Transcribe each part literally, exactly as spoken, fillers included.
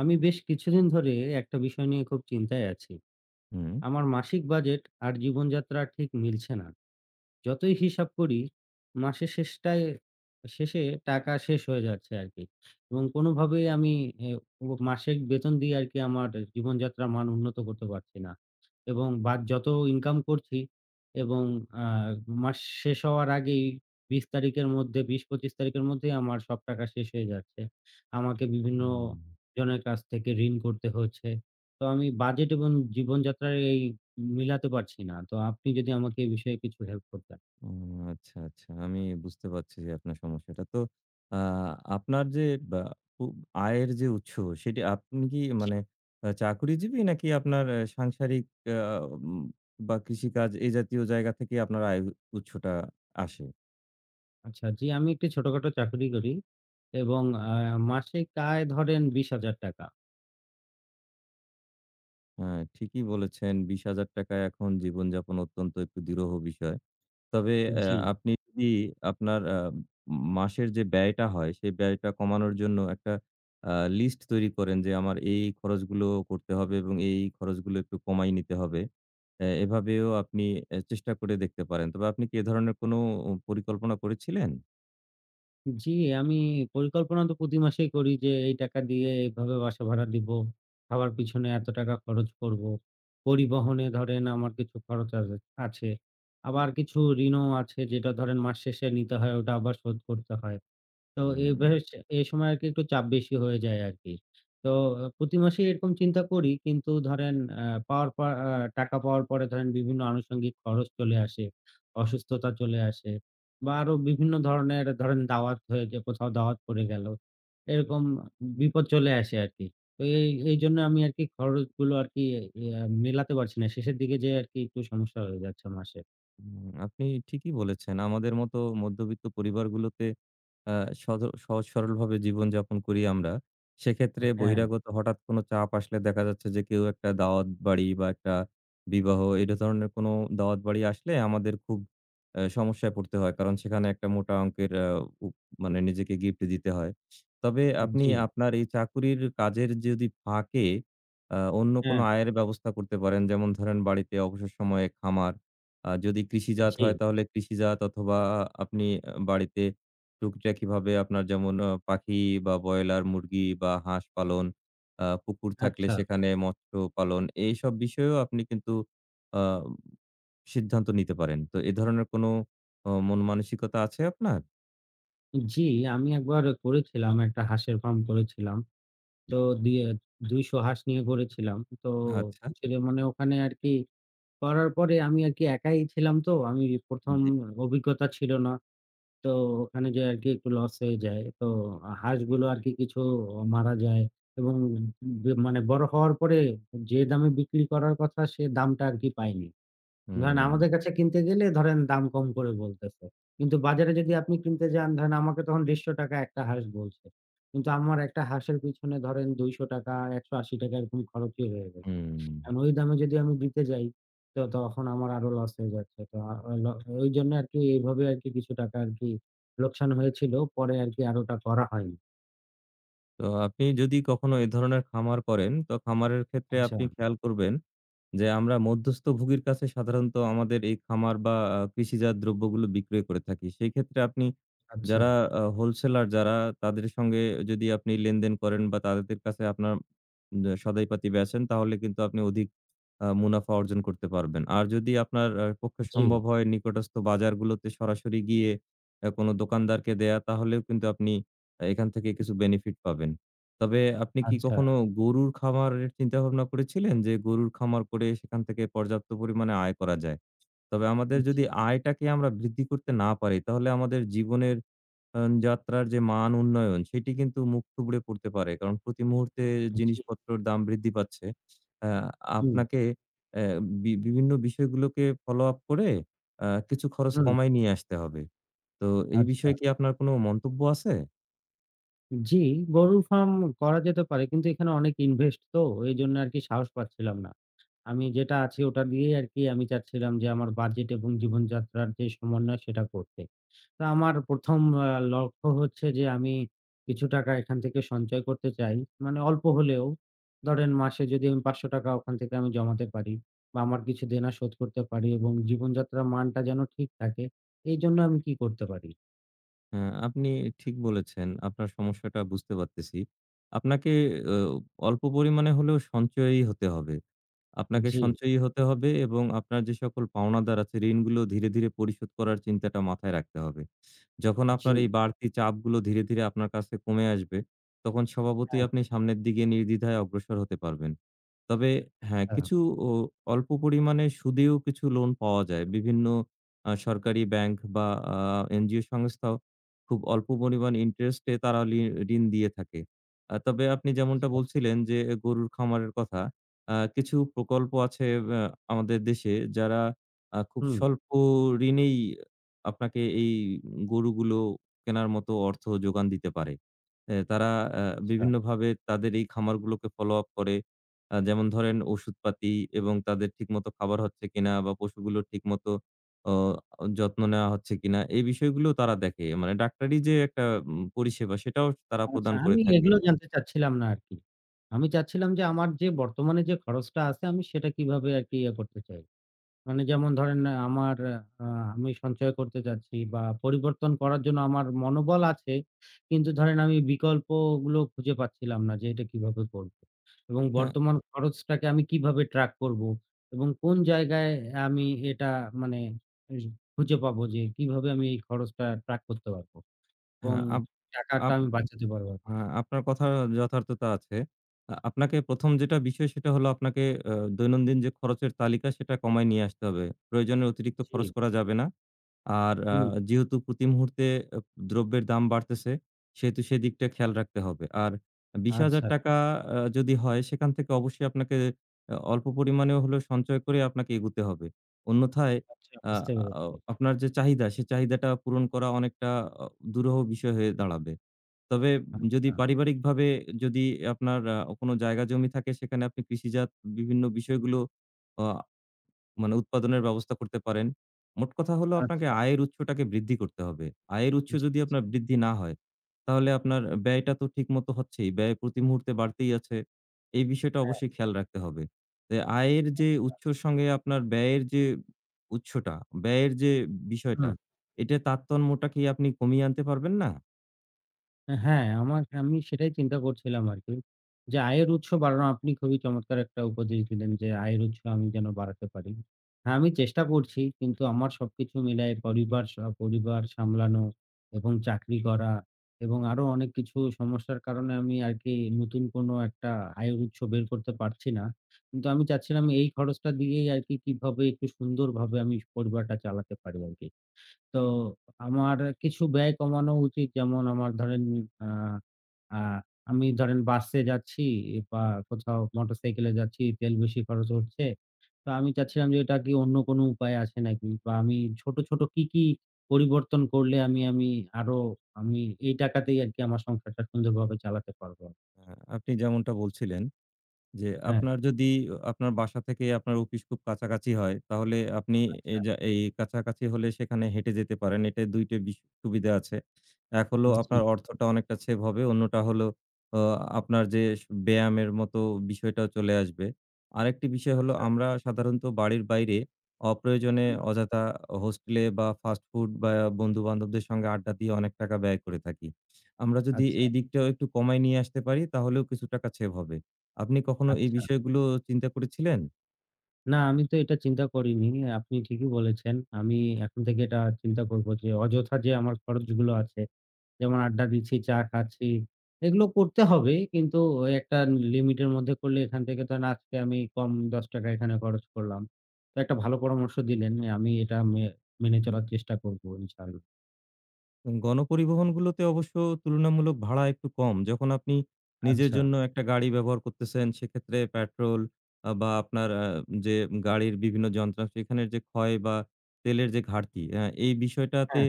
আমি বেশ কিছুদিন ধরে একটা বিষয় নিয়ে খুব চিন্তায় আছি। হুম, আমার মাসিক বাজেট আর জীবনযাত্রা ঠিক মিলছে না। যতই হিসাব করি, মাসের শেষটায় শেষে টাকা শেষ হয়ে যাচ্ছে আরকি। এবং কোনোভাবেই আমি এ ও মাসিক বেতন দিয়ে আরকি আমার জীবনযাত্রার মান উন্নত করতে পারছি না। এবং বাদ যত ইনকাম করছি এবং আ মাস শেষ হওয়ার আগেই বিশ তারিখের মধ্যে বিশ থেকে পঁচিশ তারিখের মধ্যেই আমার সব টাকা শেষ হয়ে যাচ্ছে। আমাকে বিভিন্ন হুম, জনের কাছ থেকে ঋণ করতে হচ্ছে। তো আমি বাজেট এবং জীবনযাত্রার এই মিলাতে পারছি না। তো আপনি যদি আমাকে এই বিষয়ে কিছু হেল্প করতেন। হুম, আচ্ছা, আচ্ছা। আমি বুঝতে পারছি যে আপনার সমস্যাটা। তো আ আপনার যে বা উ আয়ের যে উৎস সেটি আপনি কি জি। মানে আ চাকুরিজীবী নাকি আপনার আ সাংসারিক আ উম বা কৃষিকাজ এ জাতীয় জায়গা থেকে আপনার আয়ের উৎসটা আসে? আচ্ছা, জি, আমি একটি ছোটখাটো চাকরি করি এবং আ মাসিক আয় ধরেন ৳বিশ হাজার। হ্যাঁ, ঠিকই বলেছেন। ৳বিশ হাজার টাকা এখন জীবনযাপন অত্যন্ত একটু দুরূহ বিষয়। তবে অ্যা জি। আপনি যদি আপনার আ মাসের যে ব্যয়টা হয়, সেই ব্যয়টা কমানোর জন্য একটা আ লিস্ট তৈরি করেন যে, আমার এই খরচগুলো করতে হবে এবং এই, এই খরচগুলো একটু কমায় নিতে হবে। অ্যা এভাবেও আপনি অ্যা চেষ্টা করে দেখতে পারেন। তবে আপনি কি এ ধরনের কোনো পরিকল্পনা করেছিলেন? জি, আমি পরিকল্পনা তো প্রতি মাসেই করি যে এই টাকা দিয়ে এভাবে বাসা ভাড়া দিব। খাবার পিছনে এত টাকা খরচ করব। পরিবহনে ধরেন আমার কিছু খরচ আছে আছে। আবার কিছু ঋণও আছে যেটা ধরেন মাস শেষে নিতে হয় ওটা আবার শোধ করতে হয়। তো এ হুম। বেশ এ সময় আরকি একটু চাপ বেশি হয়ে যায় আরকি। তো আ প্রতি মাসেই এরকম চিন্তা করি কিন্তু ধরেন আ পাওয়ার পর আ টাকা পাওয়ার পরে ধরেন বিভিন্ন আনুষঙ্গিক খরচ চলে আসে, অসুস্থতা চলে আসে বা আরো বিভিন্ন ধরনের ধরেন দাওয়াত হয়ে যে কোথাও দাওয়াত পড়ে গেল। এরকম বিপদ চলে আসে আরকি। তো এই এইজন্য আমি আরকি খরচগুলো আরকি ইয়া মেলাতে পারছি না। শেষের দিকে যেয়ে আরকি একটু সমস্যা হয়ে যাচ্ছে মাসের। হুম, আপনি ঠিকই বলেছেন। আমাদের মতো মধ্যবিত্ত পরিবারগুলোতে আ সজ সহজ সরলভাবে জীবনযাপন করি আমরা। সেক্ষেত্রে হ্যাঁ, বহিরাগত হঠাৎ কোনো চাপ আসলে দেখা যাচ্ছে যে কেউ একটা দাওয়াত বাড়ি বা একটা বিবাহ এটা ধরনের কোনো দাওয়াত বাড়ি আসলে আমাদের খুব আ সমস্যায় পড়তে হয়। কারণ সেখানে একটা মোটা অঙ্কের আ উপ মানে নিজেকে গিফট দিতে হয়। তবে আপনি জি, আপনার এই চাকুরির কাজের যদি ফাঁকে আ অন্য কোনো হ্যাঁ, আয়ের ব্যবস্থা করতে পারেন। যেমন ধরেন বাড়িতে অবসর সময়ে খামার আ যদি কৃষিজাত জি, হয় তাহলে কৃষিজাত অথবা আপনি আ বাড়িতে টুকিটাকিভাবে আপনার যেমন আ পাখি বা ব্রয়লার মুরগি বা হাঁস পালন, আ পুকুর থাকলে আচ্ছা। সেখানে মৎস্য পালন, এইসব বিষয়েও আপনি কিন্তু আ সিদ্ধান্ত নিতে পারেন। তো এ ধরনের কোনো অ মন মানসিকতা আছে আপনার? জি, আমি একবার করেছিলাম। একটা হাঁসের ফার্ম করেছিলাম। তো দিয়ে দুইশ হাঁস নিয়ে করেছিলাম। তো আচ্ছা। ছিল মানে ওখানে আরকি করার পরে আমি আরকি একাই ছিলাম তো। আমি ১ম জি। অভিজ্ঞতা ছিল না। তো ওখানে যেয়ে আরকি একটু লস হয়ে যায়। তো হাঁসগুলো আরকি কিছু মারা যায় এবং বে মানে বড় হওয়ার পরে যে দামে বিক্রি করার কথা সে দামটা আরকি পাইনি। ধরেন হুম, আমাদের কাছে কিনতে গেলে ধরেন দাম কম করে বলতেছে। কিন্তু বাজারে যদি আপনি কিনতে যান ধরেন আমাকে তখন ৳একশ পঞ্চাশ একটা হাঁস বলছে। কিন্তু আমার একটা হাঁসের পিছনে ধরেন ৳দুইশ, ৳একশ আশি এরকম খরচই হয়ে গেছে। হুম। এখন ওই দামে যদি আমি দিতে যাই তো তখন আমার আরো লস হয়ে যাচ্ছে। তো আ আ- ল ওইজন্য আরকি এভাবে আরকি কিছু টাকা আরকি লোকসান হয়েছিল। পরে আরকি আর ওটা করা হয়নি। তো আপনি যদি কখনো এ ধরনের খামার করেন, তো খামারের ক্ষেত্রে আচ্ছা, আপনি খেয়াল করবেন যে আমরা মধ্যস্থভোগীর কাছে সাধারণত আমাদের এই খামার বা আ কৃষিজাত দ্রব্যগুলো বিক্রয় করে থাকি। সেই ক্ষেত্রে আপনি আচ্ছা। যারা আ হোলসেলার যারা তাদের সঙ্গে যদি আপনি লেনদেন করেন বা তাদের কাছে আপনার দ সদাইপাতি বেচেন তাহলে কিন্তু আপনি অধিক আ মুনাফা অর্জন করতে পারবেন। আর যদি আপনার আ পক্ষে জি, সম্ভব হয় নিকটস্থ বাজারগুলোতে সরাসরি গিয়ে আ কোনো দোকানদারকে দেয়া তাহলেও কিন্তু আপনি আহ, এখান থেকে কিছু বেনিফিট পাবেন। তবে আপনি কি আচ্ছা। কখনো গরুর খামারের চিন্তাভাবনা করেছিলেন? যে গরুর খামার করে সেখান থেকে পর্যাপ্ত পরিমাণে আয় করা যায়। তবে আমাদের জি, যদি আয়টাকে আমরা বৃদ্ধি করতে না পারি, তাহলে আমাদের জীবনের আ যাত্রার যে মান উন্নয়ন, সেটি কিন্তু মুখ থুবড়ে পড়তে পারে। কারণ প্রতি মুহূর্তে জি। জিনিসপত্রের দাম বৃদ্ধি পাচ্ছে। আ হুম, আপনাকে অ্যা বি বিভিন্ন বিষয়গুলোকে ফলো আপ করে আ কিছু খরচ হুম, কমায় নিয়ে আসতে হবে। তো এই আচ্ছা। বিষয়ে কি আপনার কোনো মন্তব্য আছে? জি, গরুর ফার্ম করা যেতে পারে। কিন্তু এখানে অনেক ইনভেস্ট তো এজন্য আরকি সাহস পাচ্ছিলাম না। আমি যেটা আছি ওটা দিয়েই আরকি আমি চাচ্ছিলাম যে আমার বাজেট এবং জীবনযাত্রার যে সমন্বয় সেটা করতে। তো আমার ১ম আ লক্ষ্য হচ্ছে যে আমি কিছু টাকা এখান থেকে সঞ্চয় করতে চাই। মানে অল্প হলেও ধরেন মাসে যদি আমি ৳পাঁচশ ওখান থেকে আমি জমাতে পারি বা আমার কিছু দেনা শোধ করতে পারি এবং জীবনযাত্রার মানটা যেন ঠিক থাকে। এইজন্য আমি কি করতে পারি? হ্যাঁ, আপনি ঠিক বলেছেন। আপনার সমস্যাটা বুঝতে পারতেছি। আপনাকে অ অল্প পরিমাণে হলেও সঞ্চয়ী হতে হবে। আপনাকে জি, সঞ্চয়ী হতে হবে এবং আপনার যে সকল পাওনাদার আছে, ঋণগুলো ধীরে, ধীরে পরিশোধ করার চিন্তাটা মাথায় রাখতে হবে। যখন জি। আপনার এই বাড়তি চাপগুলো ধীরে, ধীরে আপনার কাছে কমে আসবে, তখন স্বভাবতই আচ্ছা, আপনি সামনের দিকে নির্দ্বিধায় অগ্রসর হতে পারবেন। তবে হ্যাঁ, কিছু ও অল্প পরিমাণে সুদেও কিছু লোন পাওয়া যায়। বিভিন্ন আ সরকারি ব্যাংক বা আ এনজিও সংস্থাও খুব অল্প পরিমাণ ইন্টারেস্টে তারা লি ঋণ দিয়ে থাকে। আ তবে আপনি যেমনটা আচ্ছা। বলছিলেন যে গরুর খামারের কথা, আ কিছু প্রকল্প আছে আ আমাদের দেশে যারা আ খুব হুম, স্বল্প ঋণেই আপনাকে এই গরুগুলো কেনার মতো অর্থ যোগান দিতে পারে। এ তারা আ আচ্ছা, বিভিন্নভাবে তাদের এই খামারগুলোকে ফলো আপ করে আ যেমন ধরেন ওষুধপাতি এবং তাদের ঠিকমতো খাবার হচ্ছে কিনা বা পশুগুলোর ঠিকমতো অ যত্ন নেওয়া হচ্ছে কিনা, এই বিষয়গুলোও তারা দেখে। মানে ডাক্তারি যে একটা উম পরিষেবা সেটাও তারা আচ্ছা। প্রদান করে আমি থাকে। এগুলো জানতে চাচ্ছিলাম না আরকি। আমি চাচ্ছিলাম যে আমার যে বর্তমানে যে খরচটা আছে আমি সেটা কিভাবে আরকি ইয়ে করতে চাই। মানে যেমন ধরেন আ আমার আ আমি সঞ্চয় করতে চাচ্ছি বা পরিবর্তন করার জন্য আমার মনোবল আছে। কিন্তু ধরেন আমি বিকল্পগুলো খুঁজে পাচ্ছিলাম না যে এটা কিভাবে করব। এবং হ্যাঁ, বর্তমান খরচটাকে আমি কিভাবে ট্র্যাক করব এবং কোন জায়গায় আমি এটা মানে এ খুঁজে পাবো যে কিভাবে আমি এই খরচটা ট্র্যাক করতে পারব? এবং হ্যাঁ, আপ টাকাটা আপ আমি বাঁচাতে পারবো। হ্যাঁ, আপনার কথার যথার্থতা আছে। আ আপনাকে প্রথম যেটা বিষয় সেটা হলো আপনাকে আ দৈনন্দিন যে খরচের তালিকা সেটা কমায় নিয়ে আসতে হবে। প্রয়োজনের অতিরিক্ত জি, খরচ করা যাবে না। আর আ হুম, যেহেতু প্রতি মুহূর্তে আ দ্রব্যের দাম বাড়তেছে, সেহেতু সেদিকটা খেয়াল রাখতে হবে। আর আচ্ছা, ৳বিশ হাজার টাকা আ যদি হয়, সেখান থেকে অবশ্যই আপনাকে আ অল্প পরিমাণেও হলেও সঞ্চয় করে আপনাকে এগুতে হবে। অন্যথায় আচ্ছা আ বুঝতে আ পেরেছি। আপনার যে চাহিদা, সে চাহিদাটা পূরণ করা অনেকটা অ দুরূহ বিষয় হয়ে দাঁড়াবে। তবে যদি আচ্ছা, পারিবারিকভাবে যদি আপনার আ কোনো জায়গা জমি থাকে, সেখানে আপনি কৃষিজাত বিভিন্ন বিষয়গুলো অ মানে উৎপাদনের ব্যবস্থা করতে পারেন। মোট কথা হলো আপনাকে আচ্ছা। আয়ের উৎসটাকে বৃদ্ধি করতে হবে। আয়ের উৎস জি, যদি জি। আপনার বৃদ্ধি না হয়, তাহলে আপনার ব্যয়টা তো ঠিকমতো হচ্ছেই। ব্যয় প্রতি মুহূর্তে বাড়তেই আছে। এই বিষয়টা হ্যাঁ, অবশ্যই খেয়াল রাখতে হবে। যে আয়ের যে হ্যাঁ। উৎসর সঙ্গে আপনার ব্যয়ের যে উৎসটা, ব্যয়ের যে বিষয়টা, হুম। এটা তারতম্যটা কি আপনি কমিয়ে আনতে পারবেন না? হ্যাঁ, আমার আমি সেটাই চিন্তা করছিলাম আরকি। যে আয়ের উৎস বাড়ানো আপনি খুবই চমৎকার একটা উপদেশ দিলেন যে আয়ের উৎস আমি যেন বাড়াতে পারি। হ্যাঁ, আমি চেষ্টা করছি কিন্তু আমার সবকিছু মিলায়ে পরিবার স পরিবার সামলানো এবং চাকরি করা এবং আরো অনেক কিছু সমস্যার কারণে আমি আরকি নতুন কোনো একটা আয়ের উৎস বের করতে পারছি না। কিন্তু আমি চাচ্ছিলাম এই খরচটা দিয়েই আরকি কিভাবে একটু সুন্দরভাবে আমি পরিবারটা চালাতে পারি আরকি। তো আমার কিছু ব্যয় কমানো উচিত। যেমন আমার ধরেন আ আ আমি ধরেন বাসে যাচ্ছি বা কোথাও মোটরসাইকেলে যাচ্ছি, তেল বেশি খরচ হচ্ছে। তো আমি চাচ্ছিলাম যে এটা কি অন্য কোনো উপায় আছে নাকি? বা আমি ছোট, ছোট কি, কি পরিবর্তন করলে আমি আমি আরো আমি এই টাকাতেই আরকি আমার সংসারটা সুন্দরভাবে চালাতে পারবো। আ আপনি যেমনটা বলছিলেন। যে হ্যাঁ। আপনার যদি আপনার বাসা থেকে আপনার অফিস খুব কাছাকাছি হয়, তাহলে আপনি আচ্ছা, এই যা এই কাছাকাছি হলে সেখানে হেঁটে যেতে পারেন। এটা দুই টা বিশ সুবিধা আছে। এক হলো জি। আপনার অর্থটা অনেকটা সেভ হবে। অন্যটা হলো অ আপনার যে স ব্যায়ামের মতো বিষয়টাও চলে আসবে। আরেকটি বিষয় হলো আচ্ছা, আমরা সাধারণত বাড়ির বাইরে অপ্রয়োজনে অযথা হোস্টেলে বা ফাস্ট ফুড বা বন্ধু-বান্ধবদের সঙ্গে আড্ডা দিয়ে অনেক টাকা ব্যয় করে থাকি। আমরা যদি আচ্ছা, এই দিকটাও একটু কমায় নিয়ে আসতে পারি তাহলেও কিছু টাকা সেভ হবে। আপনি কখনো এই আচ্ছা। বিষয়গুলো চিন্তা করেছিলেন? না, আমি তো এটা চিন্তা করিনি। আপনি ঠিকই বলেছেন। আমি এখন থেকে এটা চিন্তা করব যে অযথা যে আমার খরচগুলো আছে, যেমন আড্ডা দিচ্ছি, চা খাচ্ছি, এগুলো করতে হবে। কিন্তু ওই একটা লিমিটের মধ্যে করলে এখান থেকে ধরেন আজকে আমি কম ৳দশ এখানে খরচ করলাম। তো একটা ভালো পরামর্শ দিলেন। আমি এটা মে মেনে চলার চেষ্টা করব ইনশাআল্লাহ। গণপরিবহনগুলোতে অবশ্য তুলনামূলক ভাড়া একটু কম। যখন আপনি নিজের আচ্ছা। জন্য একটা গাড়ি ব্যবহার করতেছেন, সেক্ষেত্রে পেট্রোল আ বা আপনার আ যে গাড়ির বিভিন্ন যন্ত্রাংশ, এখানের যে ক্ষয় বা তেলের যে ঘাটতি, আ এই বিষয়টাতে হ্যাঁ,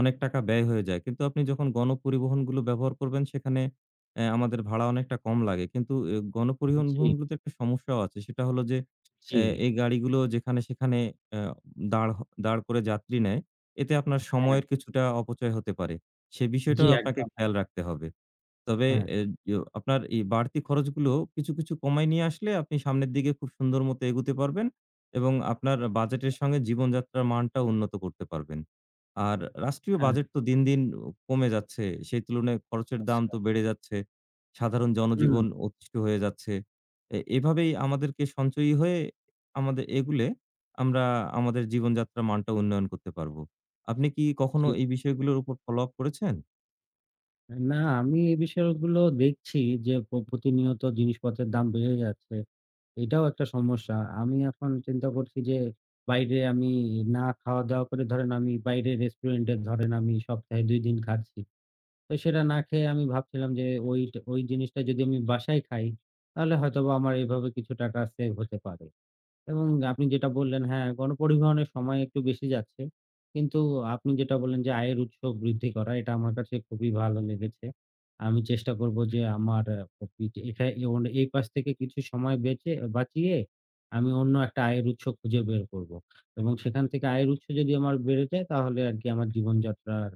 অনেক টাকা ব্যয় হয়ে যায়। কিন্তু আপনি যখন গণপরিবহনগুলো ব্যবহার করবেন, সেখানে অ্যা আমাদের ভাড়া অনেকটা কম লাগে। কিন্তু এ জি, গণপরিবহনগুলোতে একটা সমস্যাও আছে। সেটা হলো যে, অ্যা জি। এই গাড়িগুলো যেখানে সেখানে অ্যা দাঁড় হ দাঁড় করে যাত্রী নেয়। এতে আপনার হ্যাঁ, সময়ের কিছুটা অপচয় হতে পারে। সে জি বিষয়টাও আপনাকে একদম। খেয়াল রাখতে হবে। তবে হ্যাঁ, এ য আপনার এই বাড়তি খরচগুলো কিছু, কিছু কমায় নিয়ে আসলে আপনি সামনের দিকে খুব সুন্দর মতো এগুতে পারবেন এবং আপনার বাজেটের আচ্ছা। সঙ্গে জীবনযাত্রার মানটাও উন্নত করতে পারবেন। আর রাষ্ট্রীয় হ্যাঁ, বাজেট তো দিন, দিন উ কমে যাচ্ছে। সেই তুলনায় খরচের দাম আচ্ছা। তো বেড়ে যাচ্ছে। সাধারণ হুম, জনজীবন অতিষ্ঠ হয়ে যাচ্ছে। এ এভাবেই আমাদেরকে সঞ্চয়ী হয়ে আমাদের এগুলে আমরা আমাদের জীবনযাত্রার মানটা উন্নয়ন করতে পারব। আপনি কি কখনো জি। এই বিষয়গুলোর উপর ফলো আপ করেছেন? না, আমি এই বিষয়গুলো দেখছি যে প প্রতিনিয়ত জিনিসপত্রের দাম বেড়ে যাচ্ছে। এটাও একটা সমস্যা। আমি এখন চিন্তা করছি যে বাইরে আমি না খাওয়া-দাওয়া করে ধরেন আমি বাইরে রেস্টুরেন্টে ধরেন আমি সপ্তাহে দুই দিন খাচ্ছি। তো সেটা না খেয়ে আমি ভাবছিলাম যে ওই ট ওই জিনিসটা যদি আমি বাসায় খাই, তাহলে হয়তোবা আমার এভাবে কিছু টাকা সেভ হতে পারে। এবং আপনি যেটা বললেন, হ্যাঁ, গণপরিবহনের সময় একটু বেশি যাচ্ছে। কিন্তু আপনি যেটা বললেন যে, আয়ের উৎস বৃদ্ধি করা, এটা আমার কাছে খুবই ভালো লেগেছে। আমি চেষ্টা করব যে, আমার আ এটা এ- এই পাশ থেকে কিছু সময় বেঁচে বাঁচিয়ে আমি অন্য একটা আয়ের উৎস খুঁজে বের করব। এবং সেখান থেকে আয়ের উৎস যদি আমার বেড়ে যায়, তাহলে আরকি আমার জীবনযাত্রার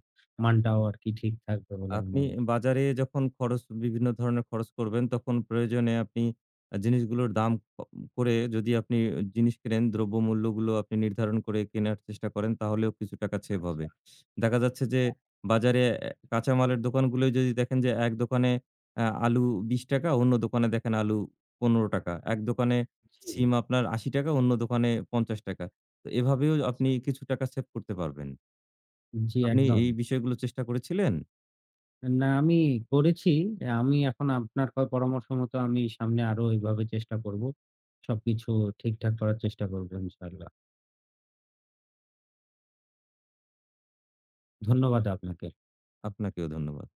মানটাও আরকি ঠিক থাকবে বলে আমি আপনি মনে করছি। বাজারে যখন খরচ বিভিন্ন ধরনের খরচ করবেন, তখন প্রয়োজনে আপনি আ জিনিসগুলোর দাম ক করে যদি আপনি জিনিস কেনেন, দ্রব্যমূল্যগুলো আপনি নির্ধারণ করে কেনার চেষ্টা করেন, তাহলেও কিছু টাকা সেভ হবে। আচ্ছা, দেখা যাচ্ছে যে হ্যাঁ, বাজারে এ কাঁচামালের দোকানগুলোয় যদি দেখেন যে এক দোকানে আ আলু ৳বিশ টাকা, অন্য দোকানে দেখেন আলু ৳পনেরো টাকা, এক দোকানে জি, সিম আপনার ৳আশি টাকা, অন্য দোকানে ৳পঞ্চাশ টাকা। তো এভাবেও আপনি আচ্ছা। কিছু টাকা সেভ করতে পারবেন। জি, আপনি একদম। এই বিষয়গুলো চেষ্টা করেছিলেন? না, আমি করেছি। আমি এখন আপনার ক পরামর্শ মতো আমি সামনে আরো এভাবে চেষ্টা করব। সবকিছু ঠিকঠাক করার চেষ্টা করব ইনশাআল্লাহ। ধন্যবাদ আপনাকে। আপনাকেও ধন্যবাদ।